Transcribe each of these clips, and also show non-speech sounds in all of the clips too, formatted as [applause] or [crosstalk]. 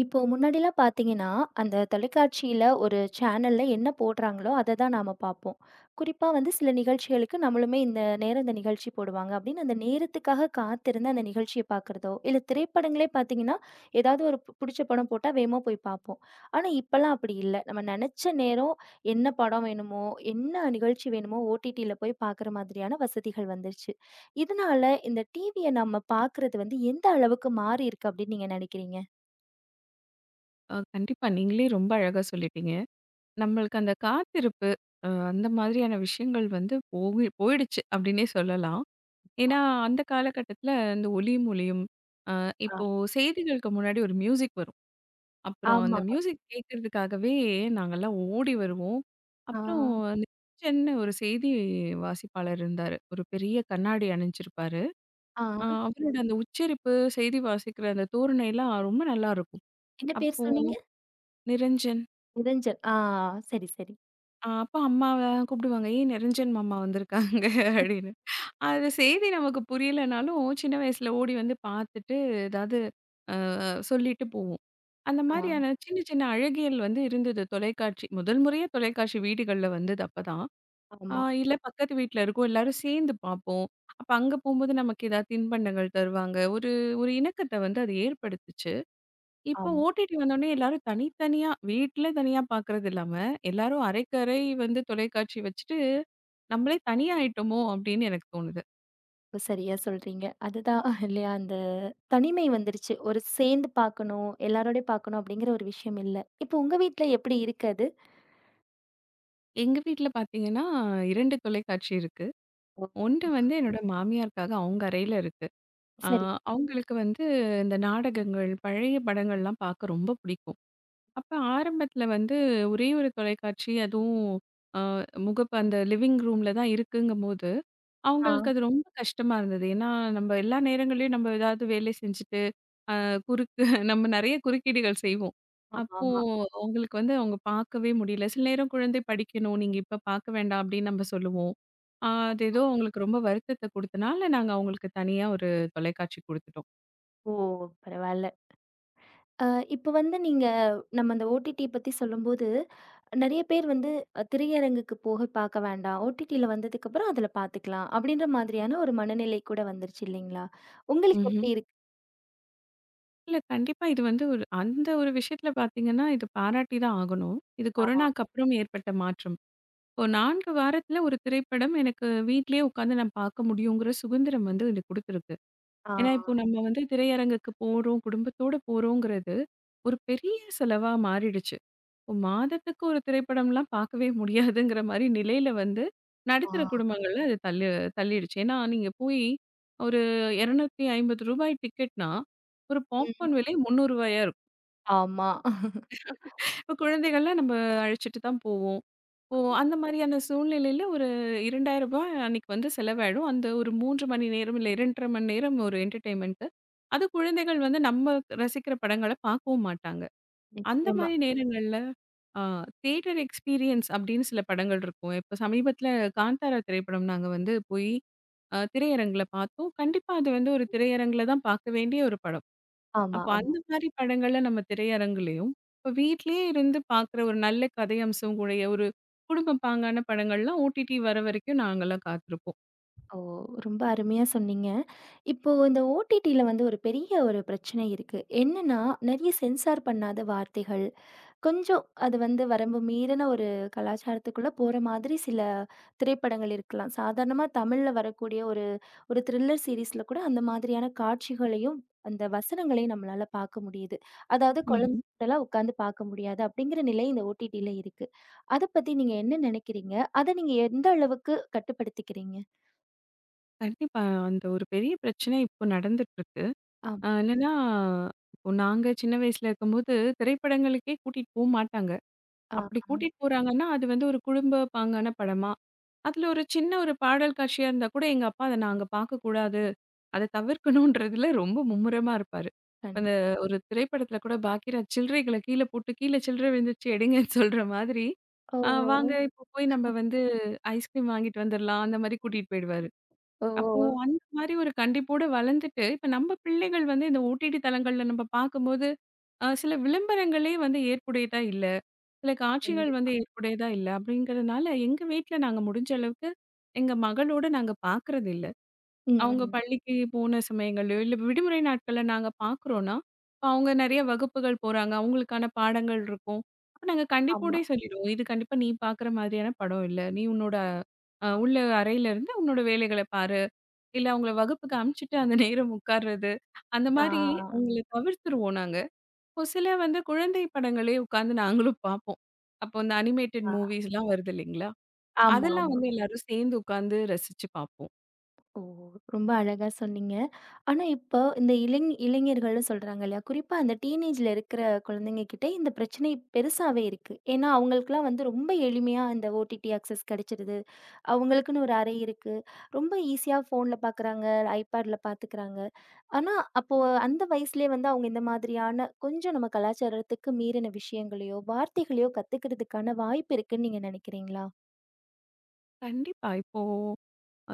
இப்போ முன்னாடிலாம் பார்த்தீங்கன்னா, அந்த தொலைக்காட்சியில ஒரு சேனல்ல என்ன போடுறாங்களோ, அத தான் நாம பார்ப்போம். குறிப்பா வந்து சில நிகழ்ச்சிகளுக்கு நம்மளுமே இந்த நேரம் இந்த நிகழ்ச்சி போடுவாங்க அப்படின்னு அந்த நேரத்துக்காக காத்திருந்து அந்த நிகழ்ச்சிய பார்க்குறதோ, இல்ல திரைப்படங்களே பார்த்தீங்கன்னா, ஏதாவது ஒரு புடிச்ச படம் போட்டா வேகமா போய் பார்ப்போம். ஆனா இப்பலாம் அப்படி இல்ல. நம்ம நெனச்ச நேரம் என்ன படம் வேணுமோ, என்ன நிகழ்ச்சி வேணுமோ ஓடிடில போய் பார்க்குற மாதிரியான வசதிகள் வந்துருச்சு. இதனால இந்த டிவிய நம்ம பார்க்குறது வந்து எந்த அளவுக்கு மாறியிருக்கு அப்படின்னு நீங்க நெனைக்கிறீங்க? கண்டிப்பா. நீங்களே ரொம்ப அழகா சொல்லிட்டீங்க. நம்மளுக்கு அந்த காத்திருப்பு, அந்த மாதிரியான விஷயங்கள் வந்து போயிடுச்சு அப்டின்னே சொல்லலாம். ஏன்னா, அந்த காலகட்டத்தில இந்த ஒலியும், ஒளியும் அ இப்போ செய்திகளுக்கு முன்னாடி ஒரு மியூசிக் வரும். அப்புறம் அந்த ஆமா. மியூசிக் கேட்கறதுக்காகவே நாங்கலாம் ஓடி வருவோம். ஆ, அப்புறம் அந்த கிச்சன்னு ஒரு செய்தி வாசிப்பாளர் இருந்தாரு. ஒரு பெரிய கண்ணாடி அணிஞ்சிருப்பாரு. ஆ. அவரோட அந்த உச்சரிப்பு, செய்தி வாசிக்கிற அந்த தோரணைலாம் ரொம்ப நல்லாருக்கும். என்ன பேர் அப்போ சொன்னீங்க? "நிரஞ்சன்" நிரஞ்சன். ஆ சரி, சரி. அப்ப அம்மாவ கூப்பிடுவாங்க. "ஏய் நிரஞ்சன் மாமா வந்திருக்காங்க" [laughs] அப்படின்னு. அது செய்தி நமக்கு புரியலனாலும், சின்ன வயசுல ஓடி வந்து பார்த்துட்டு, ஏதாவது சொல்லிட்டு போவோம். அந்த ஆ மாரியான சின்ன சின்ன அழகியல் வந்து இருந்தது தொலைக்காட்சி. முதல் முறையா தொலைக்காட்சி வீடுகள்ல வந்தது அப்பதான். ஆ ஆமா, இல்ல பக்கத்து வீட்ல இருக்கோம். எல்லாரும் சேர்ந்து பார்ப்போம். அப்ப அங்க போம்போது நமக்கு ஏதாவது தின்பண்டங்கள் தருவாங்க. ஒரு ஒரு இணக்கத்த வந்து அது ஏற்படுத்துச்சு. இப்போ ஆமா. ஓடிடி வந்தோனே எல்லாரும் தனித்தனியா, வீட்ல தனியா பார்க்கறது இல்லாம, எல்லாரும் அறைக்கு அறை வந்து தொலைக்காட்சி வச்சுட்டு, நம்மளே தனியா ஆயிட்டோமோ! அப்டின்னு எனக்கு தோணுது. ரொம்ப சரியா சொல்றீங்க. அதுதான் இல்லையா, அந்த தனிமை வந்துருச்சு. ஒரு சேர்ந்து பார்க்கணும், எல்லாரோடயும் பார்க்கணும் அப்படிங்கிற ஒரு விஷயம் இல்ல. இப்போ உங்க வீட்ல எப்படி இருக்கு அது? எங்க வீட்ல பார்த்தீங்கன்னா, 2 தொலைக்காட்சி இருக்கு. ஓ! ஒண்ணு வந்து என்னோட மாமியாருக்காக அவங்க அறையில இருக்கு. ஆ சரி. அவங்களுக்கு வந்து இந்த நாடகங்கள், பழைய படங்கள்லாம் பார்க்க ரொம்ப பிடிக்கும். அப்ப ஆரம்பத்தில வந்து ஒரே ஒரு தொலைக்காட்சி, அதுவும் அ முகப்பு அந்த லிவிங் ரூம்ல தான் இருக்குங்கும்போது, ஆ. அவங்களுக்கு அது ரொம்ப கஷ்டமா இருந்தது. ஏன்னா, நம்ம எல்லா நேரங்கள்லயும் நம்ம ஏதாவது வேலை செஞ்சுட்டு, குறுக்கு [laughs] நம்ம நெறைய குறுக்கீடுகள் செய்வோம். ஆமா, அப்போ ஆமா. அவங்களுக்கு வந்து அவங்க பார்க்கவே முடியல. சில நேரம் குழந்தை படிக்கணும், நீங்க இப்ப பார்க்க வேண்டாம் அப்படின்னு நம்ம சொல்லுவோம். அது ஏதோ அவங்களுக்கு ரொம்ப வருத்தத்த குடுத்தனால, நாங்க அவங்களுக்கு தனியா ஒரு தொலைக்காட்சி குடுத்துட்டோம். ஓ! பரவால்ல. அ இப்ப வந்து நீங்க நம்ம அந்த ஓடிடி பத்தி சொல்லும்போது, நெறைய பேர் வந்து திரையரங்குக்கு போக பார்க்க வேண்டாம். ஓடிடில வந்ததுக்கப்புறம் அதில பார்த்துக்கலாம். அப்படின்ற மாதிரியான ஒரு மனநிலை கூட வந்துருச்சு இல்லைங்களா? உங்களுக்கு ம்ஹ்ம். எப்படி இருக்கு? இல்ல கண்டிப்பா இது வந்து ஒரு அந்த ஒரு விஷயத்துல பார்த்தீங்கன்னா, இது பாராட்டி தான் ஆகணும். இது ஆமா. கொரோனாக்கு அப்புறம் ஏற்பட்ட மாற்றம். ஒரு 4 வாரத்துல ஒரு திரைப்படம் எனக்கு வீட்லயே உட்காந்து நான் பார்க்க முடியுங்கிற சுதந்திரம் வந்து எனக்கு குடுத்துருக்கு. ஆ, ஏன்னா, இப்போ நம்ம வந்து திரையரங்குக்கு போறோம், குடும்பத்தோட போறோங்கிறது ஒரு பெரிய செலவா மாறிடுச்சு. இப்போ மாதத்துக்கு ஒரு திரைப்படம்லாம் பார்க்கவே முடியாதுங்கிற மாரி நிலையில வந்து ஆ, நடுத்தர குடும்பங்கள்ல அது தள்ளிடுச்சு. ஏன்னா, நீங்க போய் ஒரு ரூ. 250 டிக்கெட்னா, ஒரு ம். பாப்கார்ன் விலை ரூ. 300 இருக்கும். ஆமா. இப்போ குழந்தைகள்லாம் நம்ம அழைச்சிட்டு தான் போவோம். ஓ! ஆமா. அந்த மாரியான சூழ்நிலையில ஒரு ரூ. 2000 அன்னைக்கு வந்து செலவாயிடும். அந்த ஒரு 3 மணி நேரம், இல்ல 2 1/2 மணி நேரம் ஒரு என்டர்டெயின்மென்ட்டு. அது குழந்தைகள் வந்து நம்ம ரசிக்கிற படங்கள பார்க்கவும் மாட்டாங்க. அந்த நிச்சயமா. மாரி நேரங்கள்ல ஆ தியேட்டர் எக்ஸ்பீரியன்ஸ் அப்படின்னு சில படங்கள் இருக்கும். இப்ப சமீபத்தில காந்தாரா திரைப்படம் நாங்க வந்து போய் திரையரங்குல பார்த்தோம். கண்டிப்பா அது வந்து ஒரு திரையரங்குல தான் பார்க்க வேண்டிய ஒரு படம். ஆமா, அப்ப ஆமா. அந்த மாரி படங்கள நம்ம திரையரங்குலயும், இப்ப வீட்லயே இருந்து பாக்குற ஒரு நல்ல கதை அம்சம் கூடைய ஒரு குடும்ப பாங்கான படங்கள்லாம் ஓடிடி வர வரைக்கும் நாங்கலாம் காத்திருப்போம். ஓ! ரொம்ப அருமையா சொன்னீங்க. இப்போ இந்த ஓடிடில வந்து ஒரு பெரிய ஒரு பிரச்சனை இருக்கு. என்னன்னா, நெறைய சென்சார் பண்ணாத வார்த்தைகள், கொஞ்சம் அது வந்து வரம்பு மீறின ஒரு கலாச்சாரத்துக்குள்ள போற மாதிரி சில திரைப்படங்கள் இருக்கலாம். சாதாரணமா தமிழ்ல வரக்கூடிய ஒரு ஒரு த்ரில்லர் சீரிஸ்ல கூட அந்த மாதிரியான காட்சிகளையும், அந்த வசனங்களையும் நம்மளால பார்க்க முடியுது. அதாவது ம்ஹ்ம். குழந்தைகிட்டலாம் உட்காந்து பார்க்க முடியாது அப்படிங்கிற நிலை இந்த ஓடிடில இருக்கு. அத பத்தி நீங்க என்ன நினைக்கிறீங்க? அத நீங்க எந்த அளவுக்கு கட்டுப்படுத்திக்கிறீங்க? கண்டிப்பா அந்த ஒரு பெரிய பிரச்சனை இப்போ நடந்துட்டுருக்கு. ஆம். என்னன்னா, இப்போ நாங்க சின்ன வயசுல இருக்கும்போது திரைப்படங்களுக்கே கூட்டிட்டு போமாட்டாங்க. ஆ அப்படி கூட்டிட்டு போறாங்கன்னா, அது வந்து ஒரு குடும்ப பாங்கான படமா, அதில ஒரு சின்ன ஒரு பாடல் காட்சியா இருந்தா கூட, எங்க அப்பா அத நாங்க பார்க்கக்கூடாது. அத தவிர்க்கணுன்றதுல ரொம்ப மும்முரமா இருப்பாரு. கண்டி அந்த ஒரு திரைப்படத்தில கூட பாக்கியராஜ் சில்லறைகள கீழ போட்டு, "கீழ சில்லறை விழுந்துருச்சு எடுங்கன்னு" [laughs] சொல்ற மாதிரி, வாங்க ஓ! இப்போ போய் நம்ம வந்து ஐஸ்கிரீம் வாங்கிட்டு வந்துரலாம்." அந்த மாரி கூட்டிட்டு போயிடுவாரு. ஓ! அப்போ அந்த மாரி ஒரு கண்டிப்போட வளர்ந்துட்டு, இப்ப நம்ம பிள்ளைகள் வந்து இந்த ஓடிடி தளங்கள்ல நம்ம பார்க்கும்போது, சில விளம்பரங்களே வந்து ஏற்புடையதா இல்ல. சில காட்சிகள் கண்டிப்பா. வந்து ஏற்புடையதா இல்ல. அப்படிங்கிறதுனால, எங்க வீட்ல நாங்க முடிஞ்ச அளவுக்கு எங்க மகளோட நாங்க பார்க்கறது இல்ல. ம். அவங்க ம். பள்ளிக்கு போன சமயங்கள்லயோ, இல்ல விடுமுறை நாட்கள்ல நாங்க பார்க்குறோம்னா, அவங்க நெறைய வகுப்புகள் போறாங்க. அவங்களுக்கான பாடங்கள் இருக்கும். அப்ப நாங்க ஆமா. கண்டிப்போடயே சொல்லிடுவோம். "இது கண்டிப்பா நீ பார்க்குற மாதிரியான படம் இல்ல. நீ உன்னோட உள்ள அறையில இருந்து உன்னோட வேலைகள பாரு." இல்ல அவங்கள வகுப்புக்கு அனுப்பிச்சுட்டு அந்த நேரம் உட்கார்றது. அந்த ஆ. மாரி அவங்கள தவிர்த்துருவோம் நாங்க. ஒரு சில வந்து குழந்தை படங்களே உட்காந்து நாங்களும் பார்ப்போம். அப்போ இந்த அனிமேட்டட் ஆ. மூவிஸ்லாம் வருது இல்லைங்களா? ஆமா, அதெல்லாம் ஆமா. வந்து எல்லாரும் சேர்ந்து உட்காந்து ரசிச்சு பார்ப்போம். ஓ! ரொம்ப அழகா சொன்னீங்க. ஆனா இப்போ இந்த இளைஞர்கள்ன்னு சொல்றாங்க இல்லையா? குறிப்பா அந்த டீனேஜ்ல இருக்கிற குழந்தைங்க கிட்ட இந்த பிரச்சனை பெருசாவே இருக்கு. ஏன்னா, அவங்களுக்குலாம் வந்து ரொம்ப எளிமையா இந்த ஓடிடி ஆக்சஸ் கிடைச்சிடுது. அவங்களுக்குன்னு ஒரு அறை இருக்கு. ரொம்ப ஈஸியா ஃபோன்ல பார்க்குறாங்க, ஐபேட்ல பார்த்துக்கிறாங்க. ஆனா, அப்போ அந்த வயசுலயே வந்து அவங்க இந்த மாதிரியான கொஞ்சம் நம்ம கலாச்சாரத்துக்கு மீறின விஷயங்களையோ, வார்த்தைகளையோ கத்துக்கிறதுக்கான வாய்ப்பு இருக்குன்னு நீங்க நினைக்கிறீங்களா? கண்டிப்பா. இப்போ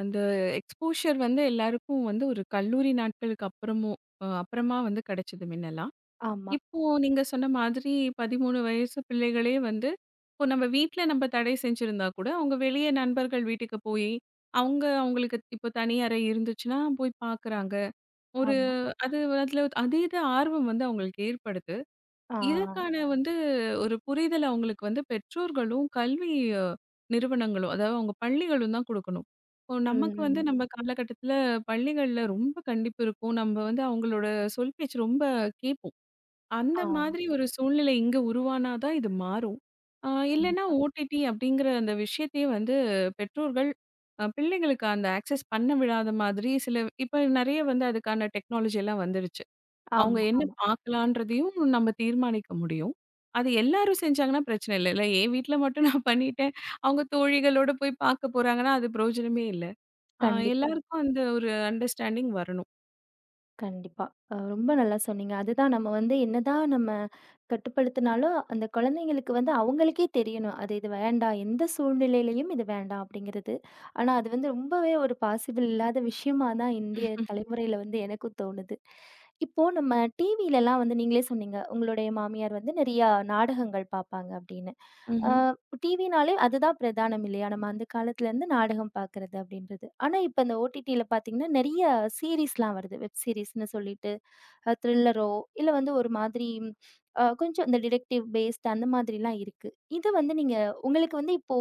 அந்த எக்ஸ்போஷர் வந்து எல்லாருக்கும் வந்து ஒரு கல்லூரி நாட்களுக்கு அப்புறமும் அப்புறமா வந்து கிடைச்சது முன்னலாம். ஆமா, இப்போ நீங்க சொன்ன மாதிரி 13 வயசு பிள்ளைகளே வந்து, இப்போ நம்ம வீட்ல நம்ம தடை செஞ்சிருந்தா கூட, அவங்க வெளிய நண்பர்கள் வீட்டுக்கு போயி, அவங்க அவங்களுக்கு இப்போ தனி அறை இருந்துச்சுன்னா போய் பார்க்குறாங்க. ஒரு ஆமா. அது அதுல அதீத ஆர்வம் வந்து அவங்களுக்கு ஏற்படுது. ஆ. இதற்கான வந்து ஒரு புரிதல் அவங்களுக்கு வந்து பெற்றோர்களும், கல்வி அஹ், நிறுவனங்களும், அதாவது அவங்க பள்ளிகளும் தான் குடுக்கணும். இப்போ நமக்கு வந்து ம். நம்ம காலகட்டத்தில பள்ளிகள்ல ரொம்ப கண்டிப்பு இருக்கும். நம்ம வந்து அவங்களோட சொல் பேச்சு ரொம்ப கேட்போம். அந்த மாதிரி ஆ. ஒரு சூழ்நிலை இங்க உருவானா தான் இது மாறும். ஆ இல்லன்னா கண்டிப்பா. ஓடிடி அப்படிங்கிற அந்த விஷயத்தையே வந்து பெற்றோர்கள் பிள்ளைங்களுக்கு அந்த ஆக்சஸ் பண்ண விடாத மாதிரி சில இப்ப நெறைய வந்து அதுக்கான டெக்னாலஜி எல்லாம் வந்துருச்சு. அவங்க ஆமா, என்ன ஆமா. பார்க்கலான்றதையும் நம்ம தீர்மானிக்க முடியும். அது எல்லாரும் செஞ்சாங்கன்னா பிரச்சனை இல்ல. இல்ல என் வீட்ல மட்டும் நான் பண்ணிட்டேன். அவங்க தோழிகளோட போய் பார்க்க போறாங்கன்னா அது பிரயோஜனமே இல்ல. ஆ ம். கண்டிப்பா, எல்லாருக்கும் அந்த ஒரு அண்டர்ஸ்டாண்டிங் கண்டிப்பா. ரொம்ப நல்லா சொன்னீங்க. அதுதான் நம்ம வந்து என்னதான் நம்ம கட்டுப்படுத்துனாலும், அந்த குழந்தைங்களுக்கு வந்து அவங்களுக்கே தெரியணும். அது இது வேண்டாம். எந்த சூழ்நிலையிலயும் இது வேண்டாம் அப்படிங்கிறது. ஆனா அது வந்து ரொம்பவே ஒரு பாசிபிள் இல்லாத விஷயமா தான் இந்திய வரணும். தலைமுறையில வந்து எனக்கும் தோணுது. இப்போ நம்ம டிவிலலாம் வந்து நீங்களே சொன்னீங்க, உங்களுடைய மாமியார் வந்து நிறையா நாடகங்கள் பார்ப்பாங்க அப்படின்னு. அ டிவினாலே அதுதான் பிரதானம் இல்லையா? நம்ம அந்த காலத்துலேருந்து நாடகம் பார்க்குறது அப்படின்றது. ஆனா இப்ப இந்த ஓடிடில பார்த்தீங்கன்னா, நிறைய சீரிஸ்லாம் வருது. வெப் சீரிஸ்ன்னு சொல்லிட்டு. த்ரில்லரோ, இல்ல வந்து ஒரு மாதிரி கொஞ்சம் இந்த டிடெக்டிவ் பேஸ்ட் அந்த மாதிரிலாம் இருக்கு. இது வந்து நீங்க உங்களுக்கு வந்து இப்போ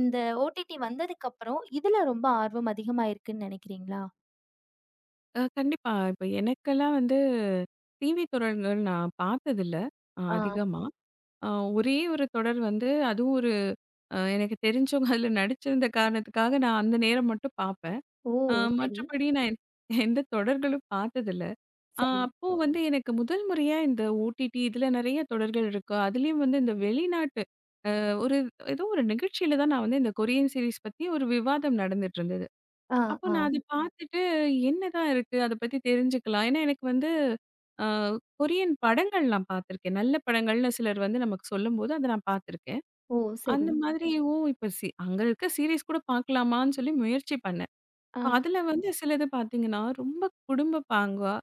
இந்த ஓடிடி வந்ததுக்கப்புறம், இதுல ரொம்ப ஆர்வம் அதிகமா இருக்குன்னு நெனைக்கிறீங்களா? கண்டிப்பா. இப்ப எனக்கெல்லாம் வந்து டிவி தொடர்கள் நான் பார்த்ததில்ல ஆ. அதிகமா. ம். அ ஒரே ஒரு தொடர் வந்து அதுவும் ஒரு எனக்கு தெரிஞ்சவங்க அதில நடிச்சிருந்த காரணத்துக்காக நான் அந்த நேரம் மட்டும் பார்ப்பேன். ஓ! அ சரி, மற்றபடி நான் எந்த தொடர்களும் பார்த்ததில்ல. சரி. அப்போ வந்து எனக்கு முதல் முறையா இந்த ஓடிடி இதில நெறைய தொடர்கள் இருக்கு. அதுலயும் வந்து இந்த வெளிநாட்டு அ ஒரு ஏதோ ஒரு நிகழ்ச்சியில தான் நான் வந்து இந்த கொரியன் சீரிஸ் பத்தி ஒரு விவாதம் நடந்துட்டு இருந்தது. ஆ, அப்போ ஆ. நான் அது பார்த்துட்டு, என்னதான் இருக்கு? அத பத்தி தெரிஞ்சுக்கலாம். ஏன்னா, எனக்கு வந்து அ கொரியன் படங்கள் நான் பார்த்துருக்கேன். நல்ல படங்கள்னு சிலர் வந்து நமக்கு சொல்லும்போது, அத நான் பார்த்துருக்கேன். ஓ! சரி. அந்த மாதிரி ஓ! இப்ப அங்க இருக்க சீரிஸ் கூட பார்க்கலாமான்னு சொல்லி முயற்சி பண்ணேன். ஆ. இப்ப அதுல வந்து சிலது பார்த்தீங்கன்னா, ரொம்ப குடும்ப பாங்கா,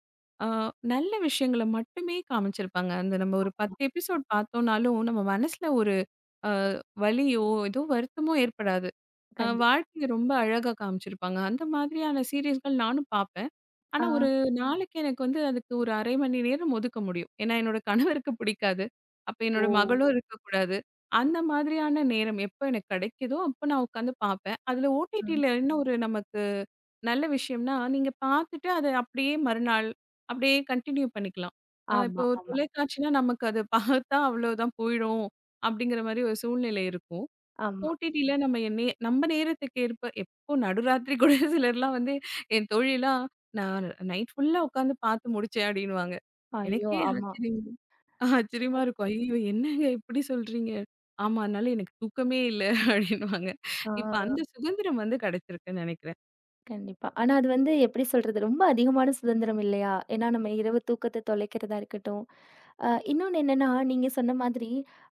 அ நல்ல விஷயங்கள மட்டுமே காமிச்சிருப்பாங்க. அந்த நம்ம ஒரு ஆமா. 10 எபிசோட் பார்த்தோம்னாலும், நம்ம மனசுல ஒரு அ வலியோ, ஏதோ வருத்தமோ ஏற்படாது. கண்டிப்பா. வாழ்க்கைய ரொம்ப அழகா காமிச்சிருப்பாங்க. அந்த மாதிரியான சீரியஸ்கள் நானும் பார்ப்பேன். ஆ. ஆனா ஒரு நாளைக்கு எனக்கு வந்து அதுக்கு ஒரு 1/2 மணி நேரம் ஒதுக்க முடியும். ஏன்னா என்னோட கணவருக்கு பிடிக்காது. அப்ப ஓ! என்னோட மகளும் இருக்கக்கூடாது. அந்த மாதிரியான நேரம் எப்போ எனக்கு கிடைக்குதோ, அப்போ நான் உட்காந்து பார்ப்பேன். அதில ம். ஓடிடில என்ன ஒரு நமக்கு நல்ல விஷயம்னா, நீங்க பார்த்துட்டு அத அப்படியே மறுநாள் அப்படியே கன்டின்யூ பண்ணிக்கலாம். ஆமா, இப்போ ஆமா, தொலைக்காட்சினா நமக்கு அத பார்த்தா அவ்வளோதான் போயிடும். அப்படிங்கிற மாரி ஒரு சூழ்நிலை இருக்கும். ஆமா. ஓடிடில நம்ம நம்ம நேரத்துக்கு ஏற்ப எப்போ நடுராத்திரி கூட [laughs] சிலர்லாம் வந்து என் தோழிலாம் நான் நைட் ஃபுல்லா உட்காந்து பார்த்து முடிச்சேன் அப்படின்னுவாங்க. ஐயோ! எனக்கே ஆமா. ஆச்சரியம் ஆச்சரியமா இருக்கும். ஐயோ! என்னங்க இப்படி சொல்றீங்க? ஆமா. அதனால எனக்கு தூக்கமே இல்ல [laughs] அப்படின்னுவாங்க. ஆ. இப்ப அந்த சுதந்திரம் வந்து கிடைச்சிருக்குன்னு நினைக்கிறேன். கண்டிப்பா. ஆனா அது வந்து எப்படி சொல்றது? ரொம்ப அதிகமான சுதந்திரம் இல்லையா? ஏன்னா நம்ம இரவு தூக்கத்த தொலைக்கிறதா இருக்கட்டும். இன்னொன்னு என்னன்னா, நீங்க சொன்ன மாதிரி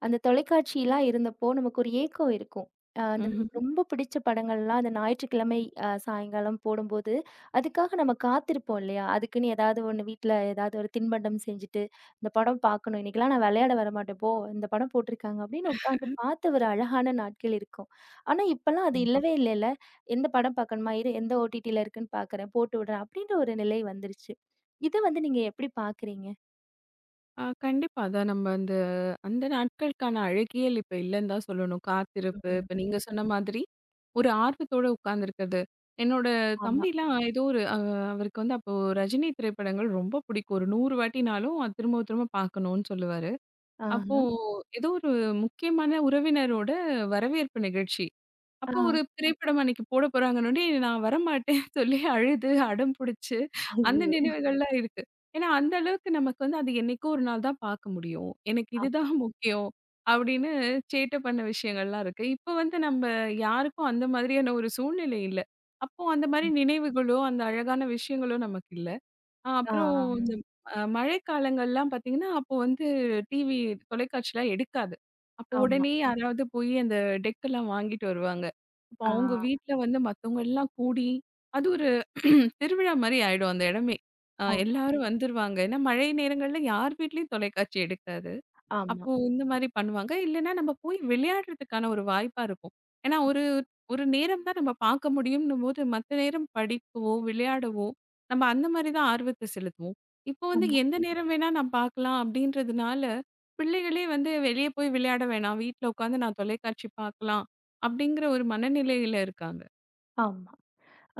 அந்த தொலைக்காட்சிலாம் இருந்தப்போ நமக்கு ஒரு ஏக்கம் இருக்கும். அந்த நமக்கு ரொம்ப பிடிச்ச படங்கள்லாம் அந்த ஞாயிற்றுக்கிழமை சாயங்காலம் போடும்போது, அதுக்காக நம்ம காத்திருப்போம் இல்லையா? அதுக்குன்னு ஏதாவது ஒண்ணு வீட்ல ஏதாவது ஒரு தின்பண்டம் செஞ்சுட்டு, இந்த படம் பார்க்கணும். இன்னைக்கெல்லாம் நான் விளையாட வரமாட்டேன் போ! இந்த படம் போட்டுருக்காங்க அப்படின்னு உட்காந்து பார்த்த ஒரு அழகான நாட்கள் இருக்கும். ஆனா இப்பல்லாம் அது ம்ஹ்ம். இல்லவே இல்லல்ல. எந்த படம் பார்க்கணுமா? இரு எந்த ஓடிடில இருக்குன்னு பார்க்குறேன், போட்டு விடுறேன் அப்படின்ற ஒரு நிலை வந்துருச்சு. இத வந்து நீங்க எப்படி பார்க்குறீங்க? கண்டிப்பா. அதான் நம்ம அந்த அந்த நாட்களுக்கான அழகியல் இப்ப இல்லன்னு தான் சொல்லணும். காத்திருப்பு, ம். இப்ப நீங்க சொன்ன மாதிரி, ஒரு ஆர்வத்தோட உட்கார்ந்திருக்கிறது. என்னோட ஆமா. தம்பிலாம் ஏதோ ஒரு அவருக்கு வந்து அப்போ ரஜினி திரைப்படங்கள் ரொம்ப பிடிக்கும். ஒரு 100 வாட்டினாலும் அது திரும்ப திரும்ப பார்க்கணும்னு சொல்லுவாரு. அப்போ ஆஹ. ஏதோ ஒரு முக்கியமான உறவினரோட வரவேற்பு நிகழ்ச்சி. ஆ. அப்போ ஒரு திரைப்படம் அன்னைக்கு போட போறாங்கன்னோனே, நான் வரமாட்டேன்னு சொல்லி அழுது அடம் புடிச்சு அந்த ஐயயோ! நினைவுகள்லாம் இருக்கு. ஏன்னா, அந்த அளவுக்கு நமக்கு வந்து அது என்னைக்கோ ஒரு நாள் தான் பார்க்க முடியும். எனக்கு ஆமா. இதுதான் முக்கியம். அப்படின்னு சேட்டை பண்ண விஷயங்கள்லாம் இருக்கு. இப்ப வந்து நம்ம யாருக்கும் அந்த மாதிரியான ஒரு சூழ்நிலை இல்ல. அப்போ அந்த மாரி கண்டிப்பா. நினைவுகளோ, அந்த அழகான விஷயங்களோ நமக்கு இல்ல. ஆ. அப்புறம் இந்த மழைக்காலங்கள்லாம் பார்த்தீங்கன்னா, அப்போ வந்து டிவி தொலைக்காட்சிலாம் எடுக்காது. அப்போ ஆமா. உடனே யாராவது போய் அந்த டெக்கெல்லாம் வாங்கிட்டு வருவாங்க. அப்போ ஆ. அவங்க வீட்ல வந்து மத்தவங்க எல்லாம் கூடி, அது ஒரு [clears throat] திருவிழா மாரி ஆயிடும் அந்த இடமே. ஆமா. எல்லாரும் வந்துருவாங்க. ஏன்னா மழை நேரங்கள்ல யார் வீட்லயும் தொலைக்காட்சி எடுக்காது. ஆமா. அப்போ இந்த மாரி பண்ணுவாங்க. இல்லன்னா நம்ம போய் விளையாடுறதுக்கான ஒரு வாய்ப்பா இருக்கும். ஏன்னா ஒரு ஒரு நேரம் தான் நம்ம பார்க்க முடியும்ன்னும்போது, மத்த நேரம் படிக்கவோ, விளையாடவோ, நம்ம அந்த மாரி தான் ஆர்வத்த செலுத்துவோம். இப்போ வந்து ஆமா. எந்த நேரம் வேணா நான் பார்க்கலாம் அப்படின்றதுனால, பிள்ளைகளே வந்து வெளிய போய் விளையாட வேணாம். வீட்ல உட்காந்து நான் தொலைக்காட்சி பார்க்கலாம். அப்படிங்கிற ஒரு மனநிலையில இருக்காங்க. ஆமா.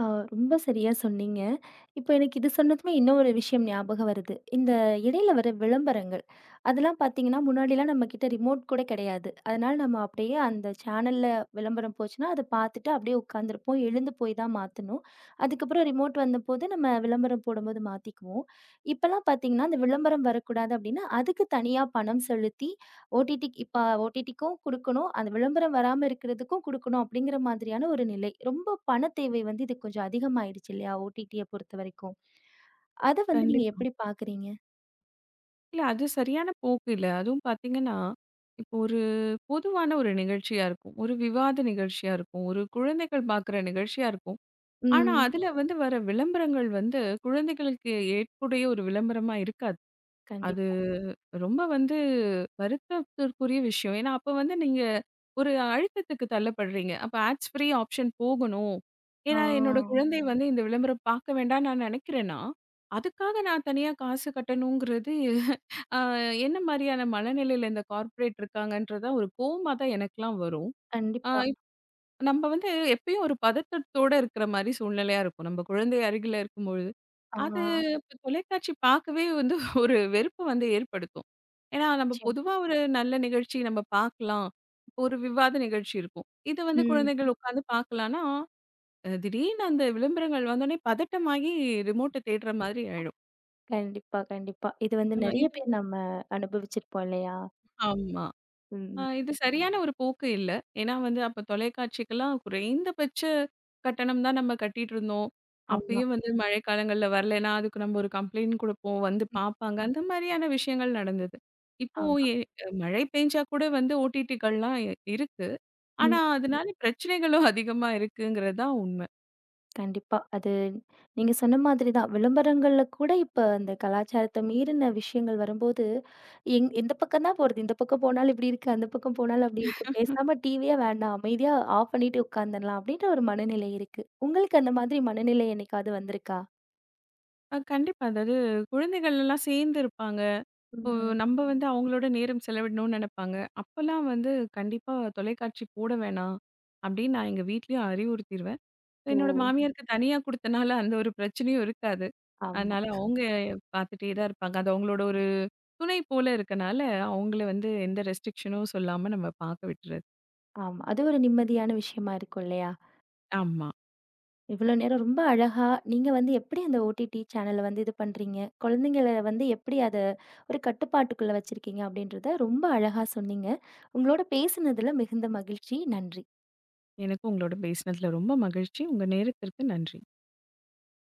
ஆ ரொம்ப சரியா சொன்னீங்க. இப்ப எனக்கு இது சொன்னதுமே இன்னொரு விஷயம் ஞாபகம் வருது. இந்த இடையில வர விளம்பரங்கள், அதெல்லாம் பார்த்தீங்கன்னா, முன்னாடிலாம் நம்மகிட்ட ரிமோட் கூட கிடையாது. அதனால நம்ம அப்படியே அந்த சேனல்ல விளம்பரம் போச்சுன்னா, அத பார்த்துட்டு அப்படியே உட்காந்துருப்போம். எழுந்து போய் தான் மாத்தணும். அதுக்கப்புறம் ரிமோட் வந்தபோது நம்ம விளம்பரம் போடும்போது மாத்திக்குவோம். இப்பலாம் பார்த்தீங்கன்னா, அந்த விளம்பரம் வரக்கூடாது அப்படின்னா, அதுக்கு தனியா பணம் செலுத்தி, ஓடிடிக்கு இப்ப ஓடிடிக்கும் குடுக்கணும். அந்த விளம்பரம் வராம இருக்கிறதுக்கும் குடுக்கணும் அப்படிங்கிற மாதிரியான ஒரு நிலை. ரொம்ப பண தேவை வந்து இது கொஞ்சம் அதிகமாயிடுச்சு இல்லையா? ஓடிடிய பொறுத்தவரைக்கும். அத வந்து நீங்க கண்டிப்பா. எப்படி பார்க்குறீங்க? இல்ல, அது சரியான போக்கு இல்ல. அதுவும் பார்த்தீங்கன்னா, இப்போ ஒரு பொதுவான ஒரு நிகழ்ச்சியா இருக்கும். ஒரு விவாத நிகழ்ச்சியா இருக்கும். ஒரு குழந்தைகள் பார்க்குற நிகழ்ச்சியா இருக்கும். ஆனா, ஆமா. ம். அதில வந்து வர விளம்பரங்கள் வந்து குழந்தைகளுக்கு ஏற்புடைய ஒரு விளம்பரமா இருக்காது. அது கண்டிப்பா. ரொம்ப வந்து வருத்தத்திற்குரிய விஷயம். ஏன்னா, அப்ப வந்து நீங்க ஒரு அழுத்தத்துக்கு தள்ளப்படுறீங்க. அப்ப ஆட்ஸ் ஃப்ரீ ஆப்ஷன் போகணும். ஆ. ஏன்னா, என்னோட குழந்தை வந்து இந்த விளம்பரம் பார்க்க வேண்டாம்னு நான் நினைக்கிறேன்னா, அதுக்காக நான் தனியா காசு கட்டணுங்கிறது அ என்ன மாரியான மனநிலையில இந்த கார்ப்பரேட் இருக்காங்கன்றது தான் ஒரு கோவமா தான் எனக்கெல்லாம் வரும். அ கண்டிப்பா. இப் நம்ம வந்து எப்பயும் ஒரு பதட்டத்தோட இருக்கிற மாரி சூழ்நிலையா இருக்கும். நம்ம குழந்தை அருகில இருக்கும்பொழுது. ஆ. அது இப்ப தொலைக்காட்சி பார்க்கவே வந்து [laughs] ஒரு வெறுப்பு வந்து ஏற்படுத்தும். ஏன்னா, நம்ம நிச்சயம். பொதுவா ஒரு நல்ல நிகழ்ச்சி நம்ம பார்க்கலாம். ஒரு விவாத நிகழ்ச்சி இருக்கும். இத வந்து ம். குழந்தைகள் உட்கார்ந்து பார்க்கலான்னா, திடீர்னு அந்த விளம்பரங்கள் வந்தோனே பதட்டமாகி ரிமோட்ட தேடுற மாதிரி ஆயிடும். கண்டிப்பா, கண்டிப்பா. இது வந்து அ நெறைய இது பேர் நம்ம அனுபவிச்சிருப்போம் இல்லையா? ஆமா. ம். இது சரியான ஒரு போக்கு இல்ல. ஏன்னா வந்து அப்ப தொலைக்காட்சிக்கெல்லாம் குறைந்தபட்ச கட்டணம் தான் நம்ம கட்டிட்டு இருந்தோம். ஆமா, அப்பயும் வந்து மழைக்காலங்கள்ல வரலைன்னா, அதுக்கு நம்ம ஒரு கம்ப்ளைண்ட் குடுப்போம். வந்து பார்ப்பாங்க. அந்த மாரியான விஷயங்கள் நடந்தது. இப்போ ஆமா. எ மழை பெஞ்சா கூட வந்து ஓடிடிகள்லாம் இருக்கு. ம். ஆனா அதனால பிரச்சனைகளும் அதிகமா இருக்குங்கிறது தான் உண்மை. கண்டிப்பா. அது நீங்க சொன்ன மாதிரி தான். விளம்பரங்கள்ல கூட இப்ப அந்த கலாச்சாரத்த மீறின விஷயங்கள் வரும்போது, எந்த பக்கம் தான் போறது? இந்த பக்கம் போனாலும் இப்படி இருக்கு, அந்த பக்கம் போனாலும் அப்படி இருக்கு. பேசாம டிவியே வேண்டாம். அமைதியா ஆஃப் பண்ணிட்டு உட்கார்ந்துடலாம் அப்படின்ற ஒரு மனநிலை இருக்கு. உங்களுக்கு அந்த மாதிரி மனநிலை என்னைக்காவது வந்திருக்கா? கண்டிப்பா. அதாவது குழந்தைகள் எல்லாம் சேர்ந்து இருப்பாங்க. இப்போ ம். நம்ம வந்து அவங்களோட நேரம் செலவிடணும்னு நினைப்பாங்க. அப்பல்லாம் வந்து கண்டிப்பா தொலைக்காட்சி போட வேணாம் அப்படின்னு நான் எங்க வீட்லயும் அறிவுறுத்திருவேன். ஓ! என்னோட மாமியாருக்கு தனியா குடுத்தனால அந்த ஒரு பிரச்சனையும் இருக்காது. ஆமா, அதனால அவங்க பார்த்துட்டே தான் இருப்பாங்க. அது அவங்களோட ஒரு துணை போல இருக்கனால, அவங்கள வந்து எந்த ரெஸ்ட்ரிக்ஷனும் சொல்லாம நம்ம பார்க்க விட்டுறது. ஆமா. அது ஒரு நிம்மதியான விஷயமா இருக்கும் இல்லையா? ஆமா. இவ்வளோ நேரம் ரொம்ப அழகா, நீங்க வந்து எப்படி அந்த ஓடிடி சேனல வந்து இது பண்றீங்க? குழந்தைங்கள வந்து எப்படி அத ஒரு கட்டுப்பாட்டுக்குள்ள வச்சிருக்கீங்க? அப்படின்றத ரொம்ப அழகா சொன்னீங்க. உங்களோட பேசினதுல மிகுந்த மகிழ்ச்சி. நன்றி. எனக்கும் உங்களோட பேசினதுல ரொம்ப மகிழ்ச்சி. உங்க நேரத்திற்கு நன்றி.